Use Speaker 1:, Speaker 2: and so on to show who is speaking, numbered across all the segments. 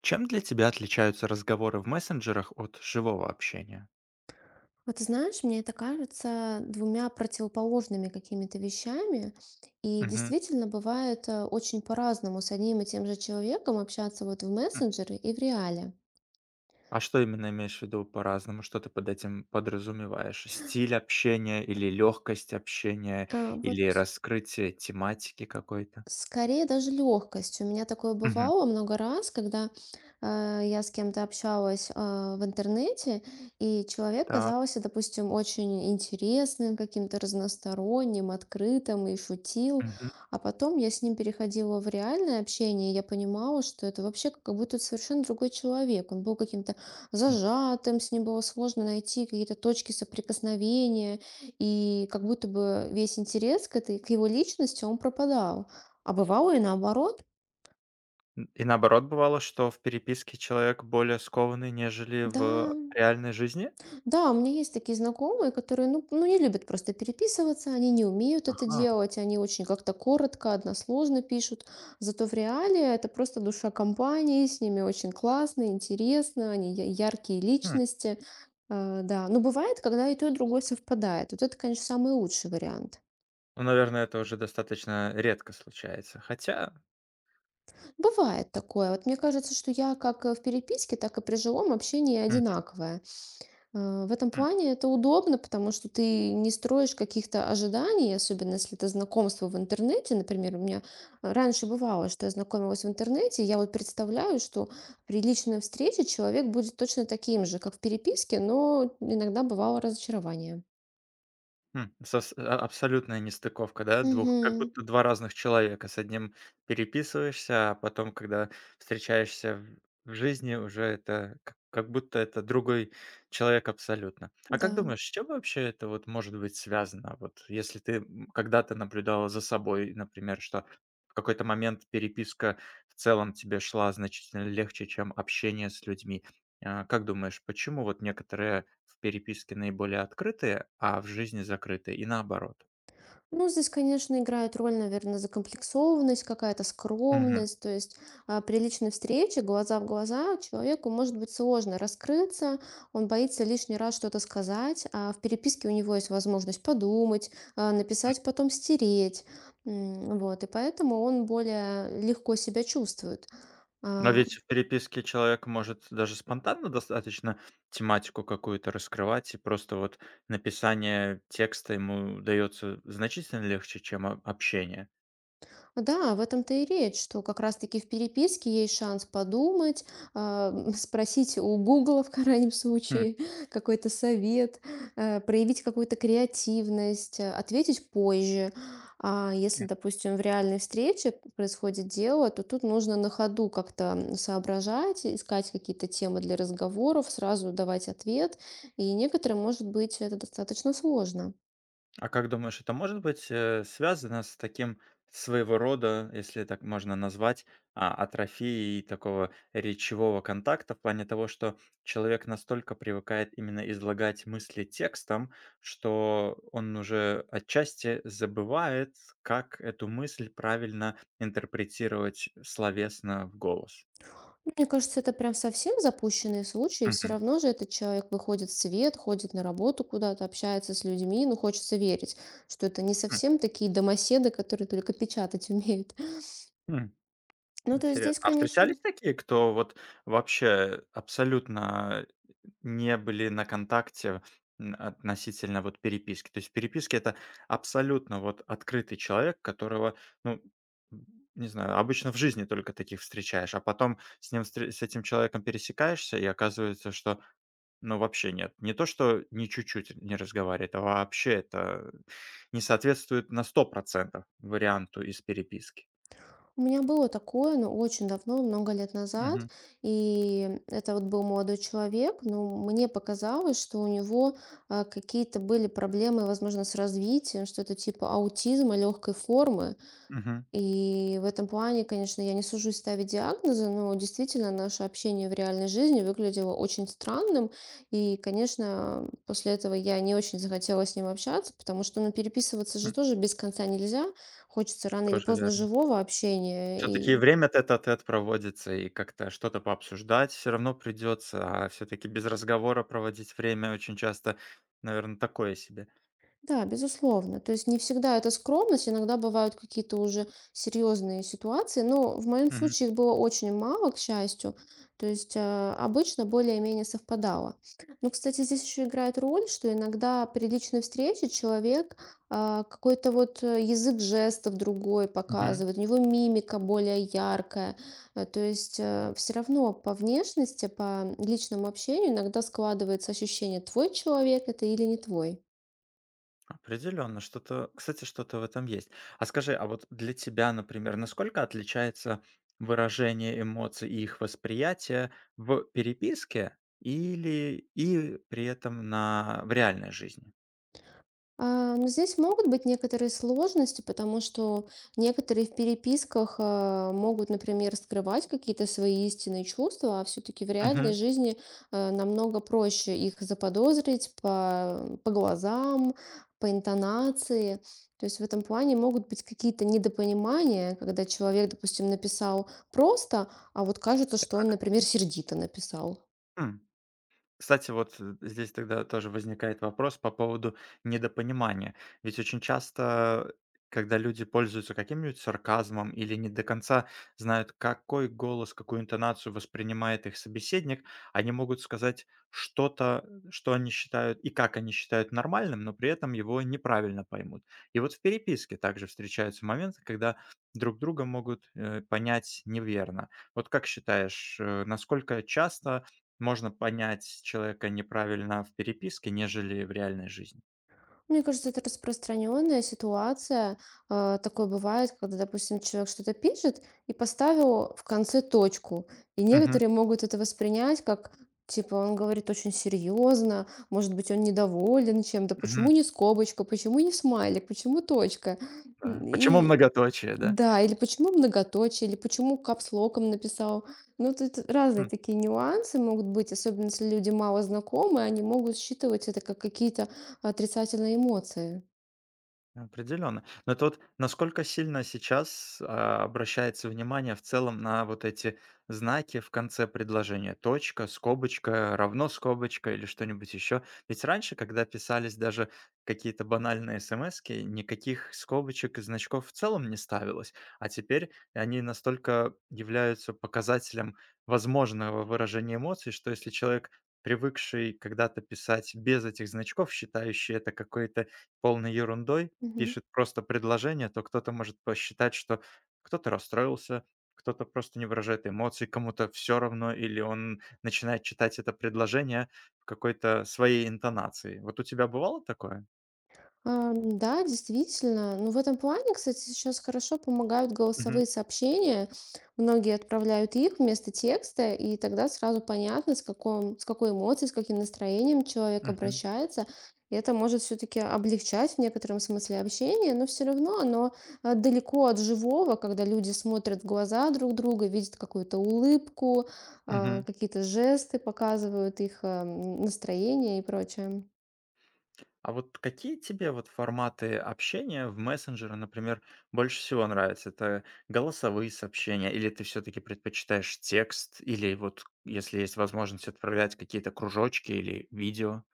Speaker 1: Чем для тебя отличаются разговоры в мессенджерах от живого общения?
Speaker 2: Вот ты знаешь, мне это кажется двумя противоположными какими-то вещами. И
Speaker 1: Мгм.
Speaker 2: действительно бывает очень по-разному с одним и тем же человеком общаться вот в
Speaker 1: М.
Speaker 2: мессенджере и в реале.
Speaker 1: А что именно имеешь в виду по-разному? Что ты под этим подразумеваешь? Стиль общения или легкость общения,
Speaker 2: А, вот
Speaker 1: или раскрытие тематики какой-то?
Speaker 2: Скорее даже легкость. У меня такое
Speaker 1: Мгм.
Speaker 2: бывало много раз, когда я с кем-то общалась в интернете, и человек
Speaker 1: Так.
Speaker 2: казался, допустим, очень интересным, каким-то разносторонним, открытым и шутил.
Speaker 1: Мгм.
Speaker 2: А потом я с ним переходила в реальное общение, и я понимала, что это вообще как будто совершенно другой человек. Он был каким-то
Speaker 1: М.
Speaker 2: зажатым, с ним было сложно найти какие-то точки соприкосновения, и как будто бы весь интерес к этой, к его личности, он пропадал. А бывало и наоборот.
Speaker 1: И наоборот бывало, что в переписке человек более скованный, нежели
Speaker 2: Да,
Speaker 1: в реальной жизни?
Speaker 2: да, у меня есть такие знакомые, которые, ну, не любят просто переписываться, они не умеют это
Speaker 1: Ага.
Speaker 2: делать, они очень как-то коротко, односложно пишут. Зато в реале это просто душа компании, с ними очень классно, интересно, яркие
Speaker 1: М.
Speaker 2: личности. Да, но бывает, когда и то, и другое совпадает. Вот это, конечно, самый лучший вариант.
Speaker 1: Ну, наверное, это уже достаточно редко случается. Хотя.
Speaker 2: Бывает такое. Вот мне кажется, что я как в переписке, так и при живом общении
Speaker 1: Мгм.
Speaker 2: одинаковая. В этом плане это удобно, потому что ты не строишь каких-то ожиданий, особенно если это знакомство в интернете. Например, у меня раньше бывало, что я знакомилась в интернете, и я вот представляю, что при личной встрече человек будет точно таким же, как в переписке, но иногда бывало разочарование.
Speaker 1: М, сос а Абсолютная нестыковка, да, двух, как
Speaker 2: Мгм.
Speaker 1: будто 2 разных человека. С одним переписываешься, а потом, когда встречаешься в жизни, уже это к как будто это другой человек абсолютно. А как
Speaker 2: Да.
Speaker 1: думаешь, с чем вообще это вот может быть связано? Вот если ты, когда-то наблюдала за собой, например, что в какой-то момент переписка в целом тебе шла значительно легче, чем общение с людьми. Как думаешь, почему вот некоторые в переписке наиболее открытые, а в жизни закрытые, и наоборот?
Speaker 2: Ну, здесь, конечно, играет роль, наверное, закомплексованность, какая-то
Speaker 1: Мгм.
Speaker 2: скромность. То есть при личной встрече, глаза в глаза, человеку может быть сложно раскрыться, он боится лишний раз что-то сказать, а в переписке у него есть возможность подумать,
Speaker 1: М.
Speaker 2: написать, потом стереть. Вот, и поэтому он более легко себя чувствует.
Speaker 1: Но
Speaker 2: А,
Speaker 1: ведь в переписке человек может даже спонтанно достаточно тематику какую-то раскрывать, и просто вот написание текста ему дается значительно легче, чем общение.
Speaker 2: Да, в этом-то и речь, что как раз-таки в переписке есть шанс подумать, спросить у Гугла в крайнем
Speaker 1: М.
Speaker 2: случае какой-то совет, проявить какую-то креативность, ответить позже. А если, допустим, в реальной встрече происходит дело, то тут нужно на ходу как-то соображать, искать какие-то темы для разговоров, сразу давать ответ. И некоторым, может быть, это достаточно сложно.
Speaker 1: А как думаешь, это может быть, связано с таким своего рода, если так можно назвать, атрофией такого речевого контакта, в плане того, что человек настолько привыкает именно излагать мысли текстом, что он уже отчасти забывает, как эту мысль правильно интерпретировать словесно в голос?
Speaker 2: Мне кажется, это прям совсем запущенные случаи. Все
Speaker 1: Мгм.
Speaker 2: равно же этот человек выходит в свет, ходит на работу куда-то, общается с людьми. Ну, хочется верить, что это не
Speaker 1: М,
Speaker 2: совсем такие домоседы, которые только печатать умеют.
Speaker 1: м,
Speaker 2: Ну, то есть здесь,
Speaker 1: интересно. А
Speaker 2: конечно,
Speaker 1: встречались такие, кто вот вообще абсолютно не были на "Контакте", относительно вот переписки? То есть в переписке это абсолютно вот открытый человек, которого, ну, м, не знаю, обычно в жизни только таких встречаешь, а потом с ним встр с этим человеком пересекаешься, и оказывается, что, ну, вообще нет. Не то, что ни чуть-чуть не разговаривает, а вообще это не соответствует на сто процентов варианту из переписки.
Speaker 2: у меня было такое, но очень давно, много лет назад.
Speaker 1: Мгм.
Speaker 2: И это вот был молодой человек, но мне показалось, что у него какие-то были проблемы, возможно, с развитием, что-то типа аутизма легкой формы.
Speaker 1: мгм,
Speaker 2: И в этом плане, конечно, я не сужусь ставить диагнозы, но действительно наше общение в реальной жизни выглядело очень странным. И, конечно, после этого я не очень захотела с ним общаться, потому что, ну, переписываться же
Speaker 1: м,
Speaker 2: тоже без конца нельзя. Хочется рано или
Speaker 1: тоже
Speaker 2: поздно
Speaker 1: верно.
Speaker 2: живого
Speaker 1: Все таки
Speaker 2: общения.
Speaker 1: время тет-а-тет проводится, и как-то что-то пообсуждать все равно придется, а все таки без разговора проводить время очень часто, наверное, такое себе.
Speaker 2: Да, безусловно. То есть не всегда это скромность, иногда бывают какие-то уже серьезные ситуации, но в моем
Speaker 1: Мгм,
Speaker 2: случае их было очень мало, к счастью. То есть обычно более-менее совпадало. Но, кстати, здесь еще играет роль, что иногда при личной встрече человек какой-то вот язык жестов другой
Speaker 1: мгм.
Speaker 2: показывает, у него мимика более яркая. То есть все равно по внешности, по личному общению иногда складывается ощущение, твой человек это или не твой.
Speaker 1: Определенно, что-то, кстати, что-то в этом есть. А скажи, а вот для тебя, например, насколько отличается выражение эмоций и их восприятие в переписке или при этом на в реальной жизни?
Speaker 2: Ну, здесь могут быть некоторые сложности, потому что некоторые в переписках, могут, например, скрывать какие-то свои истинные чувства, а все-таки в реальной
Speaker 1: Мгм.
Speaker 2: жизни, намного проще их заподозрить по глазам, по интонации. То есть в этом плане могут быть какие-то недопонимания, когда человек, допустим, написал просто, а вот кажется, что он,
Speaker 1: Так.
Speaker 2: например, сердито написал.
Speaker 1: М. Кстати, вот, здесь тогда тоже возникает вопрос по поводу недопонимания. Ведь очень часто, когда люди пользуются каким-нибудь сарказмом или не до конца знают, какой голос, какую интонацию воспринимает их собеседник, они могут сказать что-то, что они считают и как они считают нормальным, но при этом его неправильно поймут. И вот в переписке также встречаются моменты, когда друг друга могут, понять неверно. Вот как считаешь, насколько часто можно понять человека неправильно в переписке, нежели в реальной жизни?
Speaker 2: Мне кажется, это распространенная ситуация. Такое бывает, когда, допустим, человек что-то пишет и поставил в конце точку. И
Speaker 1: Мгм,
Speaker 2: некоторые могут это воспринять как, типа, он говорит очень серьезно, может быть, он недоволен чем-то. Почему
Speaker 1: мгм,
Speaker 2: не скобочка? Почему не смайлик? Почему точка? М,
Speaker 1: да. Почему
Speaker 2: И
Speaker 1: многоточие, да?
Speaker 2: да, или почему многоточие, или почему капслоком написал. Ну, тут разные такие нюансы могут быть, особенно если люди мало знакомы, они могут считывать это как какие-то отрицательные эмоции.
Speaker 1: Определенно. Но это вот насколько сильно сейчас, обращается внимание в целом на вот эти знаки в конце предложения: точка, скобочка, равно скобочка или что-нибудь еще? Ведь раньше, когда писались даже какие-то банальные смски, никаких скобочек и значков в целом не ставилось, а теперь они настолько являются показателем возможного выражения эмоций, что если человек, привыкший когда-то писать без этих значков, считающий это какой-то полной ерундой,
Speaker 2: Мгм.
Speaker 1: пишет просто предложение, то кто-то может посчитать, что кто-то расстроился, кто-то просто не выражает эмоций, кому-то все равно, или он начинает читать это предложение в какой-то своей интонации. Вот у тебя бывало такое?
Speaker 2: Да, действительно. Ну, в этом плане, кстати, сейчас хорошо помогают
Speaker 1: Мгм,
Speaker 2: голосовые сообщения. Многие отправляют их вместо текста, и тогда сразу понятно, с какой эмоцией, с каким настроением человек
Speaker 1: мгм,
Speaker 2: обращается. И это может все-таки облегчать в некотором смысле общение, но все равно оно далеко от живого, когда люди смотрят в глаза друг друга, видят какую-то улыбку,
Speaker 1: мгм.
Speaker 2: какие-то жесты показывают их настроение и прочее.
Speaker 1: А вот какие тебе вот форматы общения в мессенджере, например, больше всего нравятся? Это голосовые сообщения или ты все таки предпочитаешь текст, или вот, если есть возможность, отправлять какие-то кружочки или видео,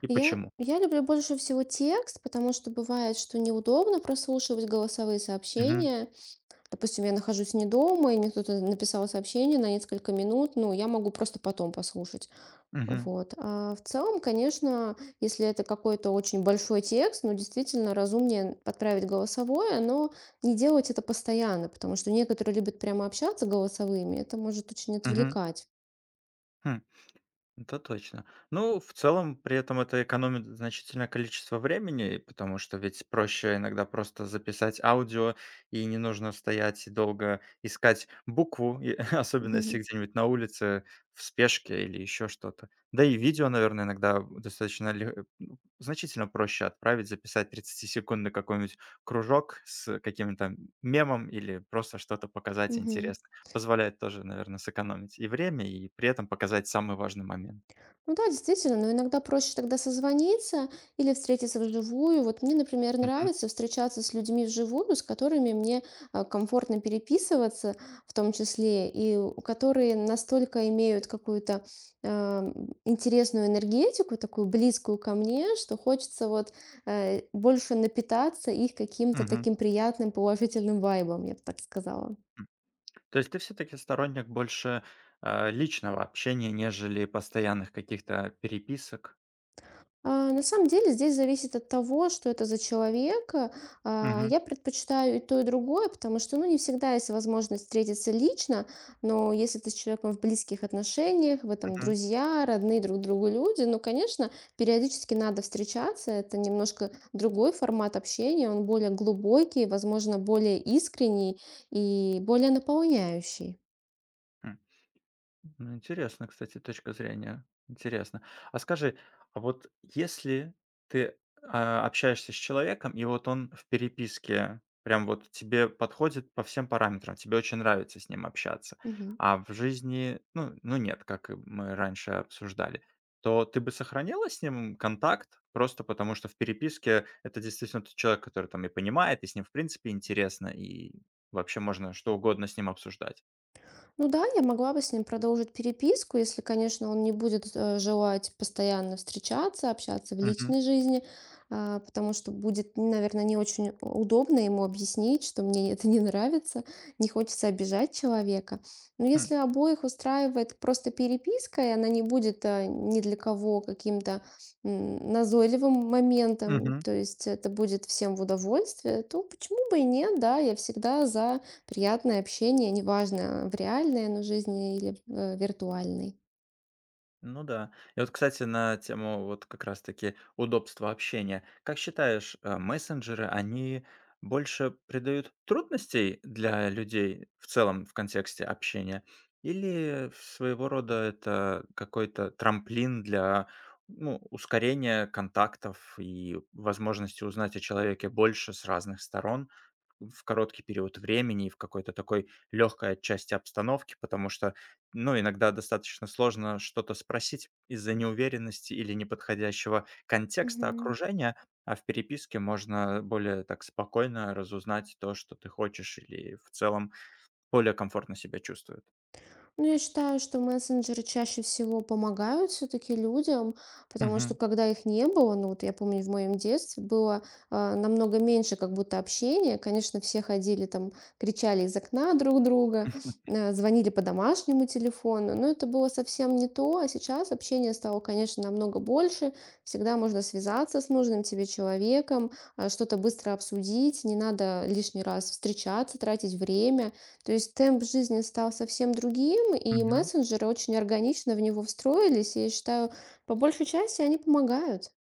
Speaker 1: и
Speaker 2: Я,
Speaker 1: почему?
Speaker 2: я люблю больше всего текст, потому что бывает, что неудобно прослушивать голосовые сообщения. Допустим, я нахожусь не дома, и мне кто-то написал сообщение на несколько минут, ну, я могу просто потом послушать.
Speaker 1: Мгм.
Speaker 2: Вот. А в целом, конечно, если это какой-то очень большой текст, ну, действительно разумнее отправить голосовое, но не делать это постоянно, потому что некоторые любят прямо общаться голосовыми, это может очень
Speaker 1: мгм.
Speaker 2: отвлекать.
Speaker 1: Хм, это точно. Ну, в целом, при этом это экономит значительное количество времени, потому что ведь проще иногда просто записать аудио, и не нужно стоять и долго искать букву, и особенно если
Speaker 2: Мгм.
Speaker 1: где-нибудь на улице в спешке или еще что-то. Да и видео, наверное, иногда достаточно ну, значительно проще отправить, записать 30-секундный какой-нибудь кружок с каким-то мемом или просто что-то показать
Speaker 2: Мгм.
Speaker 1: интересное. Позволяет тоже, наверное, сэкономить и время, и при этом показать самый важный момент.
Speaker 2: Ну да, действительно, но иногда проще тогда созвониться или встретиться вживую. Вот мне, например,
Speaker 1: Мгм,
Speaker 2: нравится встречаться с людьми вживую, с которыми мне комфортно переписываться, в том числе, которые настолько имеют какую-то а, интересную энергетику, такую близкую ко мне, что хочется вот больше напитаться их каким-то
Speaker 1: мгм,
Speaker 2: таким приятным положительным вайбом, я бы так сказала.
Speaker 1: м. То есть ты все таки сторонник больше, личного общения, нежели постоянных каких-то переписок?
Speaker 2: На самом деле здесь зависит от того, что это за человек.
Speaker 1: Мгм,
Speaker 2: Я предпочитаю и то, и другое, потому что, ну, не всегда есть возможность встретиться лично, но если ты с человеком в близких отношениях, вы там
Speaker 1: мгм,
Speaker 2: друзья, родные друг другу люди, ну, конечно, периодически надо встречаться. Это немножко другой формат общения, он более глубокий, возможно, более искренний и более наполняющий.
Speaker 1: м. Ну, интересно, кстати, точка зрения. Интересно. А скажи, а вот если ты, общаешься с человеком, и вот он в переписке прям вот тебе подходит по всем параметрам, тебе очень нравится с ним общаться,
Speaker 2: Мгм.
Speaker 1: а в жизни, ну нет, как и мы раньше обсуждали, то ты бы сохранила с ним контакт просто потому, что в переписке это действительно тот человек, который там и понимает, и с ним, в принципе, интересно, и вообще можно что угодно с ним обсуждать?
Speaker 2: Ну да, я могла бы с ним продолжить переписку, если, конечно, он не будет желать постоянно встречаться, общаться в
Speaker 1: Мгм.
Speaker 2: личной жизни, потому что будет, наверное, не очень удобно ему объяснить, что мне это не нравится, не хочется обижать человека. Но
Speaker 1: Хм.
Speaker 2: если обоих устраивает просто переписка, и она не будет ни для кого каким-то назойливым моментом, то есть это будет всем в удовольствие, то почему бы и нет, да, я всегда за приятное общение, неважно, в реальной оно жизни или в виртуальной.
Speaker 1: Ну да. И вот, кстати, на тему вот как раз-таки удобства общения. Как считаешь, мессенджеры, они больше придают трудностей для людей в целом в контексте общения? Или своего рода это какой-то трамплин для ну, ускорения контактов и возможности узнать о человеке больше с разных сторон? В короткий период времени и в какой-то такой легкой отчасти обстановки, потому что, ну, иногда достаточно сложно что-то спросить из-за неуверенности или неподходящего контекста
Speaker 2: Мгм.
Speaker 1: окружения, а в переписке можно более так спокойно разузнать то, что ты хочешь, или в целом более комфортно себя чувствует.
Speaker 2: Ну, я считаю, что мессенджеры чаще всего помогают все-таки людям, потому что
Speaker 1: Мгм.
Speaker 2: когда их не было, ну вот я помню, в моем детстве было намного меньше как будто общения. Конечно, все ходили там, кричали из окна друг друга, звонили по домашнему телефону, но это было совсем не то, а сейчас общение стало, конечно, намного больше. Всегда можно связаться с нужным тебе человеком, что-то быстро обсудить, не надо лишний раз встречаться, тратить время. То есть темп жизни стал совсем другим, и
Speaker 1: Мгм.
Speaker 2: мессенджеры очень органично в него встроились, и я считаю, по большей части они помогают.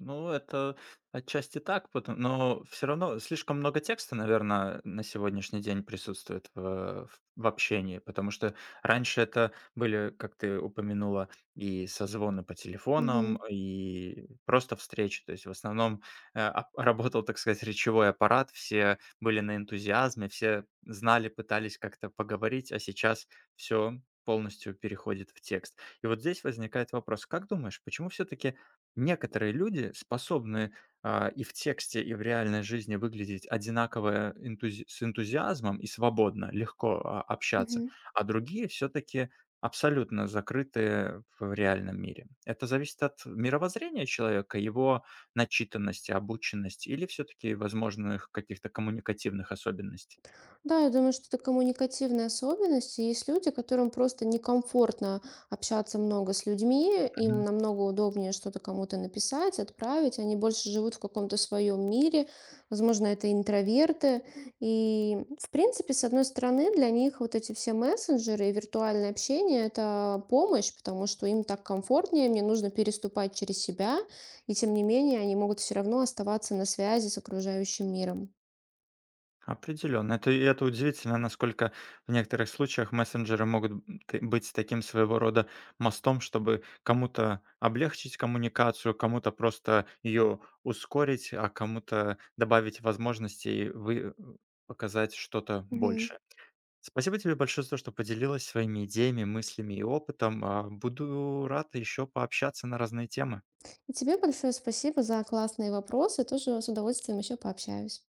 Speaker 1: Ну, это отчасти так, пото но все равно слишком много текста, наверное, на сегодняшний день присутствует в общении, потому что раньше это были, как ты упомянула, и созвоны по
Speaker 2: Мгм.
Speaker 1: телефонам, и просто встречи. То есть в основном, э, ап работал, так сказать, речевой аппарат, все были на энтузиазме, все знали, пытались как-то поговорить, а сейчас все полностью переходит в текст. И вот здесь возникает вопрос: как думаешь, почему все таки некоторые люди способны, и в тексте, и в реальной жизни выглядеть одинаково энтузи с энтузиазмом и свободно, легко, общаться,
Speaker 2: Мгм.
Speaker 1: а другие все-таки абсолютно закрыты в реальном мире? Это зависит от мировоззрения человека, его начитанности, обученности или все-таки возможных каких-то коммуникативных особенностей?
Speaker 2: Да, я думаю, что это коммуникативные особенности. Есть люди, которым просто некомфортно общаться много с людьми, им намного удобнее что-то кому-то написать, отправить, они больше живут в каком-то своем мире, возможно, это интроверты. И, в принципе, с одной стороны, для них вот эти все мессенджеры и виртуальное общение– это помощь, потому что им так комфортнее, мне нужно переступать через себя, и тем не менее они могут все равно оставаться на связи с окружающим миром.
Speaker 1: Определенно. Это удивительно, насколько в некоторых случаях мессенджеры могут б ты быть таким своего рода мостом, чтобы кому-то облегчить коммуникацию, кому-то просто ее ускорить, а кому-то добавить возможностей вы показать что-то
Speaker 2: Мгм.
Speaker 1: больше. Спасибо тебе большое за то, что поделилась своими идеями, мыслями и опытом. Буду рад еще пообщаться на разные темы.
Speaker 2: И тебе большое спасибо за классные вопросы. Тоже с удовольствием еще пообщаюсь.